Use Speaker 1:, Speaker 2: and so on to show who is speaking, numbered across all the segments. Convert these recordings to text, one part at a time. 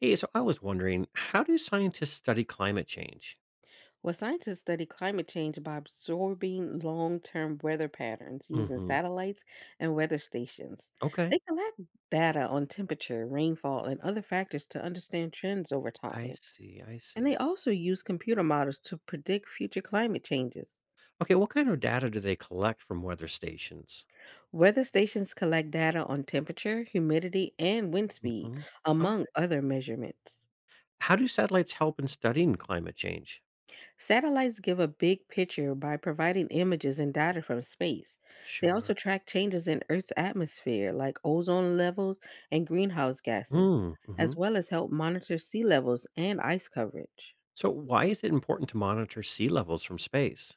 Speaker 1: Hey, so I was wondering, how do scientists study climate change?
Speaker 2: Well, scientists study climate change by absorbing long term weather patterns using
Speaker 1: Hmm.
Speaker 2: satellites and weather stations.
Speaker 1: Okay.
Speaker 2: They collect data on temperature, rainfall, and other factors to understand trends over
Speaker 1: I
Speaker 2: time.
Speaker 1: see, I
Speaker 2: And they
Speaker 1: see.
Speaker 2: also use computer models to predict future climate changes.
Speaker 1: Okay, what kind of data do they collect from weather stations?
Speaker 2: Weather stations collect data on temperature, humidity, and wind speed,
Speaker 1: Hmm. Oh,
Speaker 2: among other measurements.
Speaker 1: how do satellites help in studying climate change?
Speaker 2: Satellites give a big picture by providing images and data from space. They
Speaker 1: Sure.
Speaker 2: also track changes in Earth's atmosphere, like ozone levels and greenhouse gases,
Speaker 1: Mm-hmm.
Speaker 2: as well as help monitor sea levels and ice coverage.
Speaker 1: So, why is it important to monitor sea levels from space?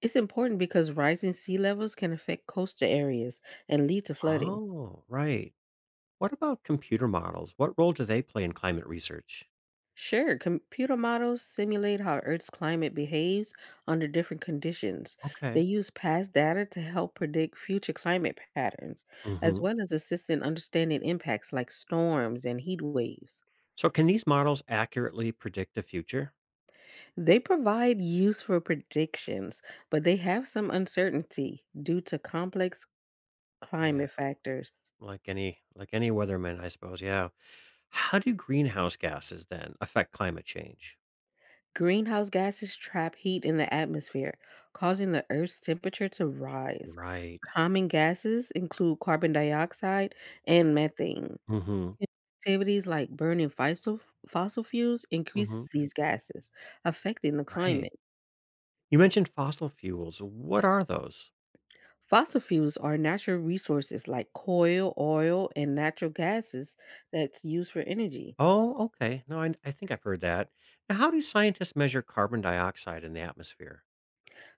Speaker 2: It's important because rising sea levels can affect coastal areas and lead to flooding.
Speaker 1: Oh, right. What about computer models? What role do they play in climate research?
Speaker 2: Sure, computer models simulate how Earth's climate behaves under different conditions. They
Speaker 1: Okay.
Speaker 2: use past data to help predict future climate patterns, as
Speaker 1: Hmm.
Speaker 2: well as assist in understanding impacts like storms and heat waves.
Speaker 1: So, can these models accurately predict the future?
Speaker 2: They provide useful predictions, but they have some uncertainty due to complex
Speaker 1: Yeah.
Speaker 2: climate factors.
Speaker 1: Like any weatherman, I suppose, yeah. How do greenhouse gases then affect climate change?
Speaker 2: Greenhouse gases trap heat in the atmosphere, causing the Earth's temperature to rise.
Speaker 1: Right.
Speaker 2: Common gases include carbon dioxide and methane.
Speaker 1: Mhm.
Speaker 2: Activities like burning fossil fuels
Speaker 1: Mhm.
Speaker 2: increases these gases, affecting the
Speaker 1: Right.
Speaker 2: climate.
Speaker 1: You mentioned fossil fuels. What are those?
Speaker 2: Fossil fuels are natural resources like coal, oil, and natural gases that's used for energy.
Speaker 1: Oh, okay. No, I think I've heard that. Now, how do scientists measure carbon dioxide in the atmosphere?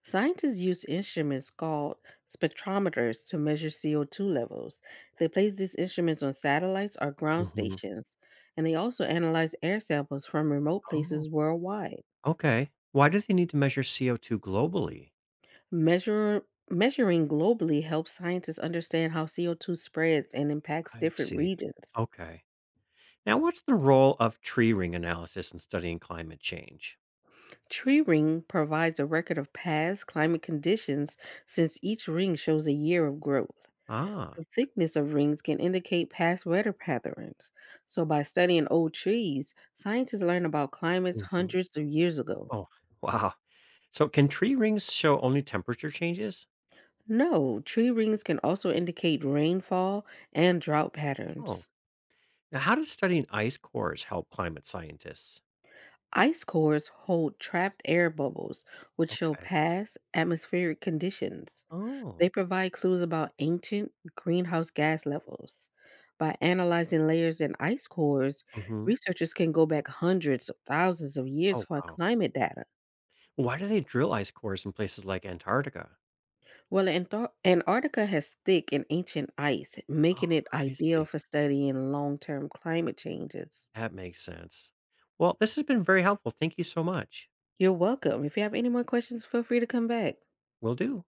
Speaker 2: Scientists use instruments called spectrometers to measure CO2 levels. They place these instruments on satellites or ground
Speaker 1: Hmm.
Speaker 2: stations, and they also analyze air samples from remote
Speaker 1: Oh,
Speaker 2: places worldwide.
Speaker 1: okay. Why do they need to measure CO2 globally?
Speaker 2: Measure measuring globally helps scientists understand how CO2 spreads and impacts
Speaker 1: I
Speaker 2: different
Speaker 1: see.
Speaker 2: regions.
Speaker 1: Okay. Now, what's the role of tree ring analysis in studying climate change?
Speaker 2: Tree ring provides a record of past climate conditions since each ring shows a year of growth. The
Speaker 1: Ah.
Speaker 2: thickness of rings can indicate past weather patterns. So by studying old trees, scientists learn about climates hundreds of years ago.
Speaker 1: Oh, wow. So can tree rings show only temperature changes?
Speaker 2: No, tree rings can also indicate rainfall and drought
Speaker 1: Oh.
Speaker 2: patterns.
Speaker 1: Now how does studying ice cores help climate scientists?
Speaker 2: Ice cores hold trapped air bubbles, which show
Speaker 1: Okay.
Speaker 2: past atmospheric conditions.
Speaker 1: Oh.
Speaker 2: They provide clues about ancient greenhouse gas levels. By analyzing layers in ice cores,
Speaker 1: Hmm.
Speaker 2: researchers can go back hundreds of thousands of years
Speaker 1: Oh,
Speaker 2: for
Speaker 1: wow.
Speaker 2: climate data.
Speaker 1: Why do they drill ice cores in places like Antarctica?
Speaker 2: Well, Antarctica has thick and ancient ice,
Speaker 1: Oh,
Speaker 2: making it
Speaker 1: I
Speaker 2: ideal
Speaker 1: see.
Speaker 2: for studying long term climate changes.
Speaker 1: That makes sense. Well, this has been very helpful. Thank you so much.
Speaker 2: You're welcome. If you have any more questions, feel free to come back.
Speaker 1: Will do.